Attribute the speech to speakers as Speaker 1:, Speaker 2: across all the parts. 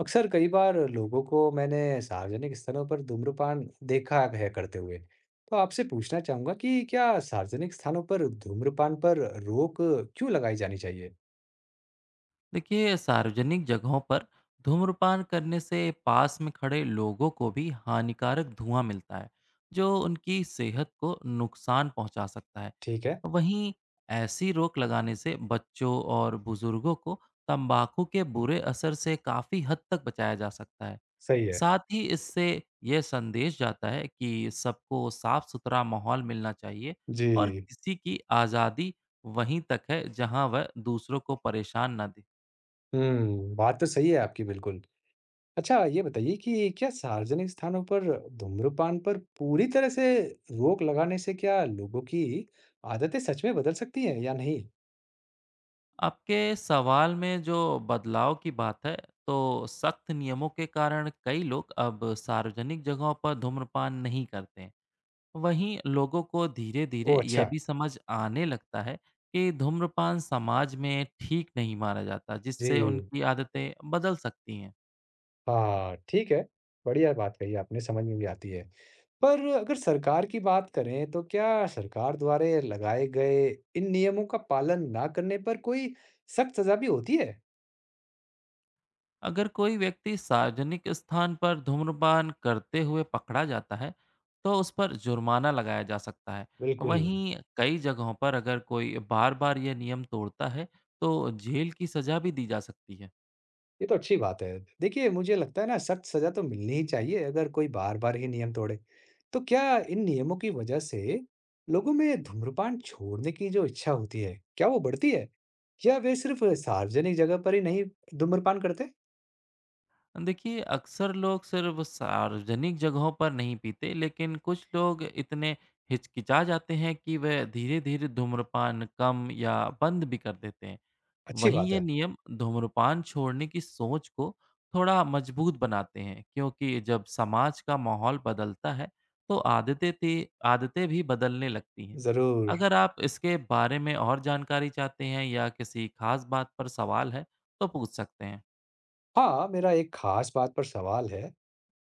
Speaker 1: अक्सर कई बार लोगों को मैंने सार्वजनिक स्थलों पर धूम्रपान देखा है करते हुए। तो आपसे पूछना चाहूंगा कि क्या सार्वजनिक स्थानों पर धूम्रपान पर रोक क्यों लगाई जानी चाहिए।
Speaker 2: देखिए, सार्वजनिक जगहों पर धूम्रपान करने से पास में खड़े लोगों को भी हानिकारक धुआं मिलता है जो उनकी सेहत को नुकसान पहुंचा सकता है।
Speaker 1: ठीक है।
Speaker 2: वहीं ऐसी रोक लगाने से बच्चों और बुजुर्गों को तंबाकू के बुरे असर से काफी हद तक बचाया जा सकता है।
Speaker 1: सही है।
Speaker 2: साथ ही इससे यह संदेश जाता है कि सबको साफ सुथरा माहौल मिलना चाहिए
Speaker 1: जी।
Speaker 2: और किसी की आज़ादी वहीं तक है जहां वह दूसरों को परेशान ना दे।
Speaker 1: हम्म, बात तो सही है आपकी बिल्कुल। अच्छा, ये बताइए कि क्या सार्वजनिक स्थानों पर धूम्रपान पर पूरी तरह से रोक लगाने से क्या लोगों की आदतें सच में बदल सकती हैं या नहीं?
Speaker 2: आपके सवाल में जो बदलाव की बात है, तो सख्त नियमों के कारण कई लोग अब सार्वजनिक जगहों पर धूम्रपान नहीं करते हैं। वहीं लोगों को धीरे-धीरे
Speaker 1: ओह अच्छा।
Speaker 2: यह भी समझ आने लगता है कि धूम्रपान समाज में ठीक नहीं माना जाता, जिससे
Speaker 1: जी।
Speaker 2: उनकी आदतें बदल सकती हैं।
Speaker 1: हाँ, ठीक है। बढ़िया बात कही आपने, समझ में भी आती है। पर अगर सरकार की बात करें तो क्या सरकार द्वारा लगाए गए इन नियमों का पालन ना करने पर कोई सख्त सज़ा भी होती है?
Speaker 2: अगर कोई व्यक्ति सार्वजनिक स्थान पर धूम्रपान करते हुए पकड़ा जाता है तो उस पर जुर्माना लगाया जा सकता है।
Speaker 1: बिल्कुल।
Speaker 2: वहीं कई जगहों पर अगर कोई बार बार यह नियम तोड़ता है तो जेल की सजा भी दी जा सकती है।
Speaker 1: ये तो अच्छी बात है। देखिए मुझे लगता है ना सख्त सज़ा तो मिलनी ही चाहिए अगर कोई बार-बार ही नियम तोड़े। तो क्या इन नियमों की वज़ह से लोगों में धूम्रपान छोड़ने की जो इच्छा होती है, क्या वो बढ़ती है? या वे सिर्फ़ सार्वजनिक जगह पर ही नहीं धूम्रपान करते?
Speaker 2: देखिए, अक्सर लोग सिर्फ सार्वजनिक जगहों पर नहीं पीते, लेकिन कुछ लोग इतने हिचकिचा जाते हैं कि वह धीरे धीरे धूम्रपान कम या बंद भी कर देते हैं।
Speaker 1: अच्छी
Speaker 2: वहीं
Speaker 1: बात
Speaker 2: ये
Speaker 1: है।
Speaker 2: नियम धूम्रपान छोड़ने की सोच को थोड़ा मजबूत बनाते हैं, क्योंकि जब समाज का माहौल बदलता है तो आदतें भी बदलने लगती हैं।
Speaker 1: ज़रूर।
Speaker 2: अगर आप इसके बारे में और जानकारी चाहते हैं या किसी खास बात पर सवाल है तो पूछ सकते हैं।
Speaker 1: हाँ, मेरा एक ख़ास बात पर सवाल है।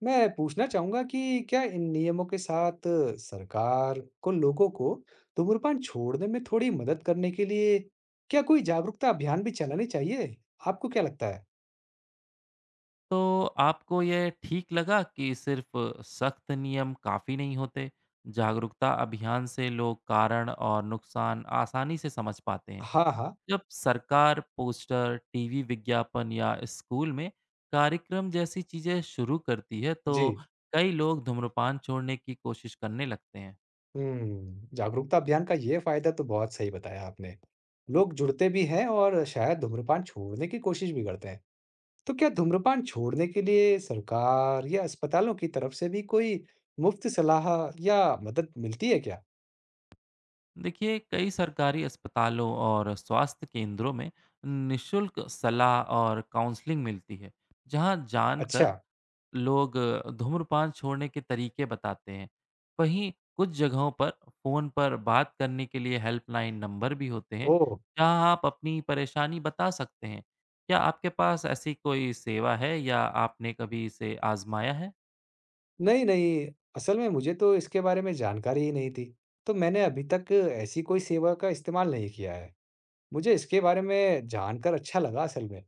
Speaker 1: मैं पूछना चाहूँगा कि क्या इन नियमों के साथ सरकार को लोगों को धूम्रपान छोड़ने में थोड़ी मदद करने के लिए क्या कोई जागरूकता अभियान भी चलाने चाहिए? आपको क्या लगता है?
Speaker 2: तो आपको ये ठीक लगा कि सिर्फ सख्त नियम काफ़ी नहीं होते। जागरूकता अभियान से लोग कारण और नुकसान आसानी से समझ पाते हैं।
Speaker 1: हाँ, हाँ।
Speaker 2: जब सरकार पोस्टर, टीवी विज्ञापन या स्कूल में कार्यक्रम जैसी चीजें शुरू करती है तो
Speaker 1: जी।
Speaker 2: कई लोग धूम्रपान छोड़ने की कोशिश करने लगते हैं।
Speaker 1: हुँ, जागरूकता अभियान का ये फ़ायदा तो बहुत सही बताया आपने। लोग जुड़ते भी हैं और शायद धूम्रपान छोड़ने की कोशिश भी करते हैं। तो क्या धूम्रपान छोड़ने के लिए सरकार या अस्पतालों की तरफ से भी कोई मुफ्त सलाह या मदद मिलती है क्या?
Speaker 2: देखिए, कई सरकारी अस्पतालों और स्वास्थ्य केंद्रों में निशुल्क सलाह और काउंसलिंग मिलती है, जहां
Speaker 1: अच्छा।
Speaker 2: जानकर लोग धूम्रपान छोड़ने के तरीके बताते हैं। वहीं कुछ जगहों पर फ़ोन पर बात करने के लिए हेल्पलाइन नंबर भी होते हैं,
Speaker 1: ओह!
Speaker 2: जहां आप अपनी परेशानी बता सकते हैं। क्या आपके पास ऐसी कोई सेवा है या आपने कभी इसे आज़माया है?
Speaker 1: नहीं, नहीं, असल में मुझे तो इसके बारे में जानकारी ही नहीं थी। तो मैंने अभी तक ऐसी कोई सेवा का इस्तेमाल नहीं किया है। मुझे इसके बारे में जानकर अच्छा लगा असल में।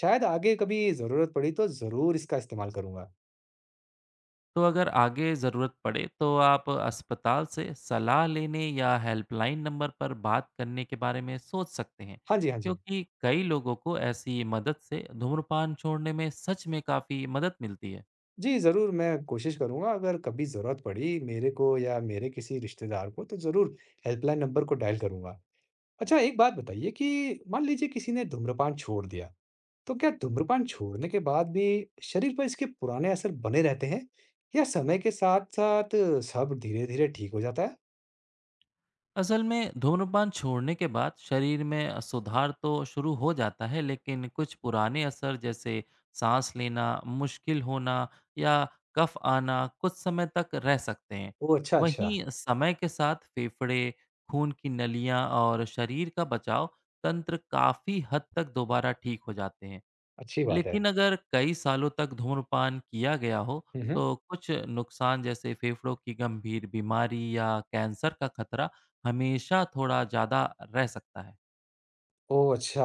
Speaker 1: शायद आगे कभी ज़रूरत पड़ी तो ज़रूर इसका इस्तेमाल करूँगा।
Speaker 2: तो अगर आगे ज़रूरत पड़े तो आप अस्पताल से सलाह लेने या हेल्पलाइन नंबर पर बात करने के बारे में सोच सकते हैं,
Speaker 1: हाँ जी, हाँ जी।
Speaker 2: क्योंकि कई लोगों को ऐसी मदद से धूम्रपान छोड़ने में सच में काफ़ी मदद मिलती है।
Speaker 1: जी, ज़रूर मैं कोशिश करूँगा अगर कभी ज़रूरत पड़ी मेरे को या मेरे किसी रिश्तेदार को तो ज़रूर हेल्पलाइन नंबर को डायल करूँगा। अच्छा, एक बात बताइए कि मान लीजिए किसी ने धूम्रपान छोड़ दिया, तो क्या धूम्रपान छोड़ने के बाद भी शरीर पर इसके पुराने असर बने रहते हैं? या समय के साथ-साथ सब धीरे-धीरे ठीक हो जाता है?
Speaker 2: असल में धूम्रपान छोड़ने के बाद शरीर में सुधार तो शुरू हो जाता है, लेकिन कुछ पुराने असर जैसे सांस लेना मुश्किल होना या कफ आना कुछ समय तक रह सकते हैं।
Speaker 1: ओह! अच्छा, अच्छा।
Speaker 2: वहीं समय के साथ फेफड़े, खून की नलियां और शरीर का बचाव तंत्र काफी हद तक दोबारा ठीक हो जाते हैं।
Speaker 1: अच्छी बात है।
Speaker 2: लेकिन अगर कई सालों तक धूम्रपान किया गया हो,
Speaker 1: हुँ, हुँ।
Speaker 2: तो कुछ नुकसान जैसे फेफड़ों की गंभीर बीमारी या कैंसर का खतरा हमेशा थोड़ा ज़्यादा रह सकता है।
Speaker 1: ओह! अच्छा।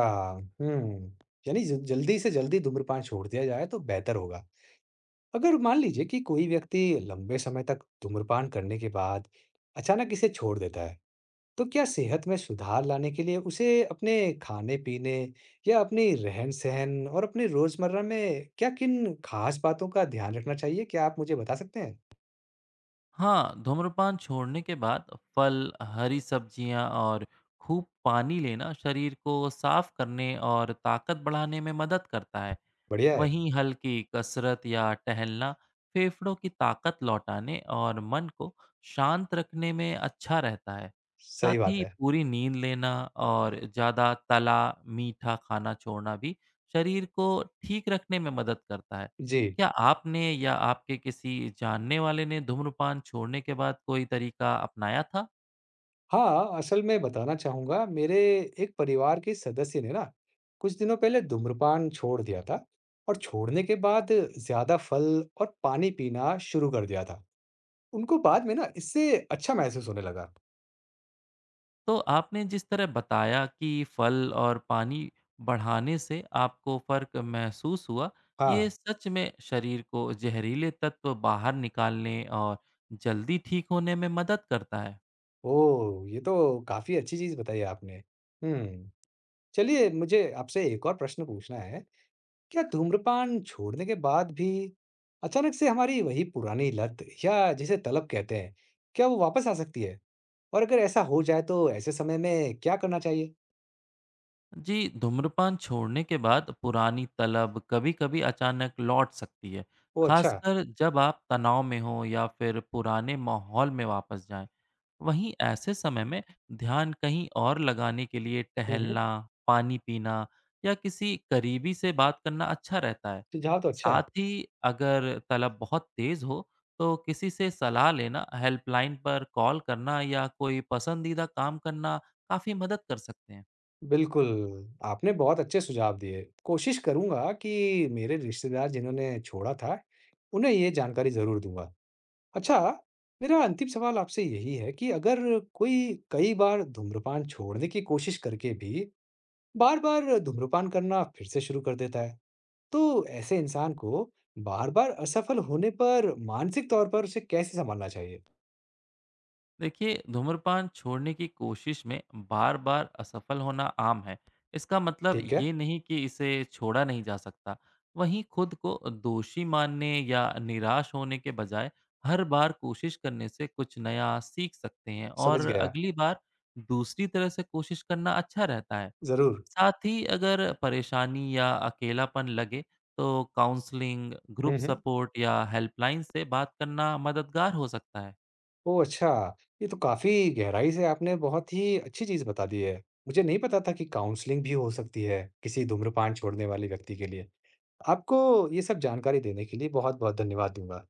Speaker 1: हुँ। यानी ज जल्दी से जल्दी धूम्रपान छोड़ दिया जाए तो बेहतर होगा। अगर मान लीजिए कि कोई व्यक्ति लंबे समय तक धूम्रपान करने के बाद अचानक इसे छोड़ देता है, तो क्या सेहत में सुधार लाने के लिए उसे अपने खाने-पीने या अपनी रहन-सहन और अपने रोजमर्रा में क्या किन खास बातों का ध्यान रखना चाहिए? क्या आप मुझे बता सकते हैं?
Speaker 2: हाँ, धूम्रपान छोड़ने के बाद फल, हरी सब्जियाँ और खूब पानी लेना शरीर को साफ करने और ताकत बढ़ाने में मदद करता है।
Speaker 1: बढ़िया है।
Speaker 2: वहीं हल्की कसरत या टहलना फेफड़ों की ताकत लौटाने और मन को शांत रखने में अच्छा रहता है।
Speaker 1: सही
Speaker 2: साथ
Speaker 1: बात
Speaker 2: ही
Speaker 1: है।
Speaker 2: पूरी नींद लेना और ज़्यादा तला मीठा खाना छोड़ना भी शरीर को ठीक रखने में मदद करता है।
Speaker 1: जी।
Speaker 2: क्या आपने या आपके किसी जानने वाले ने धूम्रपान छोड़ने के बाद कोई तरीका अपनाया था?
Speaker 1: हाँ, असल में बताना चाहूँगा मेरे एक परिवार के सदस्य ने ना कुछ दिनों पहले धूम्रपान छोड़ दिया था और छोड़ने के बाद ज़्यादा फल और पानी पीना शुरू कर दिया था। उनको बाद में ना इससे अच्छा महसूस होने लगा।
Speaker 2: तो आपने जिस तरह बताया कि फल और पानी बढ़ाने से आपको फ़र्क महसूस हुआ, ये
Speaker 1: हाँ।
Speaker 2: सच में शरीर को जहरीले तत्व बाहर निकालने और जल्दी ठीक होने में मदद करता है।
Speaker 1: ओह! ये तो काफ़ी अच्छी चीज़ बताई आपने। हुँ, चलिए मुझे आपसे एक और प्रश्न पूछना है। क्या धूम्रपान छोड़ने के बाद भी अचानक से हमारी वही पुरानी लत या जिसे तलब कहते हैं, क्या वो वापस आ सकती है? और अगर ऐसा हो जाए तो ऐसे समय में क्या करना चाहिए?
Speaker 2: जी, धूम्रपान छोड़ने के बाद पुरानी तलब कभी-कभी अचानक लौट सकती है,
Speaker 1: ओह अच्छा।
Speaker 2: खासकर जब आप तनाव में हों या फिर पुराने माहौल में वापस जाएँ। वहीं ऐसे समय में ध्यान कहीं और लगाने के लिए
Speaker 1: हुँ, हुँ।
Speaker 2: टहलना, पानी पीना या किसी करीबी से बात करना अच्छा रहता है।
Speaker 1: सुझाव तो अच्छा
Speaker 2: साथ
Speaker 1: है।
Speaker 2: ही अगर तलब बहुत तेज हो तो किसी से सलाह लेना, हेल्पलाइन पर कॉल करना या कोई पसंदीदा काम करना काफी मदद कर सकते हैं।
Speaker 1: बिल्कुल, आपने बहुत अच्छे सुझाव दिए। कोशिश करूँगा कि मेरे रिश्तेदार जिन्होंने छोड़ा था, उन्हें ये जानकारी ज़रूर दूँगा। अच्छा, मेरा अंतिम सवाल आपसे यही है कि अगर कोई कई बार धूम्रपान छोड़ने की कोशिश करके भी बार-बार धूम्रपान करना फिर से शुरू कर देता है, तो ऐसे इंसान को बार-बार असफल होने पर मानसिक तौर पर उसे कैसे सँभालना चाहिए?
Speaker 2: देखिए, धूम्रपान छोड़ने की कोशिश में बार बार असफल होना आम है। इसका मतलब
Speaker 1: ठीक है।
Speaker 2: ये नहीं कि इसे छोड़ा नहीं जा सकता। वहीं खुद को दोषी मानने या निराश होने के बजाय हर बार कोशिश करने से कुछ नया सीख सकते हैं और
Speaker 1: समझ गया।
Speaker 2: अगली बार दूसरी तरह से कोशिश करना अच्छा रहता है।
Speaker 1: ज़रूर।
Speaker 2: साथ ही अगर परेशानी या अकेलापन लगे तो काउंसलिंग, ग्रुप
Speaker 1: हुँ, हुँ।
Speaker 2: सपोर्ट या हेल्पलाइन से बात करना मददगार हो सकता है।
Speaker 1: ओह अच्छा, ये तो काफ़ी गहराई से आपने बहुत ही अच्छी चीज़ बता दी है। मुझे नहीं पता था कि काउंसलिंग भी हो सकती है किसी धूम्रपान छोड़ने वाले व्यक्ति के लिए। आपको ये सब जानकारी देने के लिए बहुत-बहुत धन्यवाद दूँगा।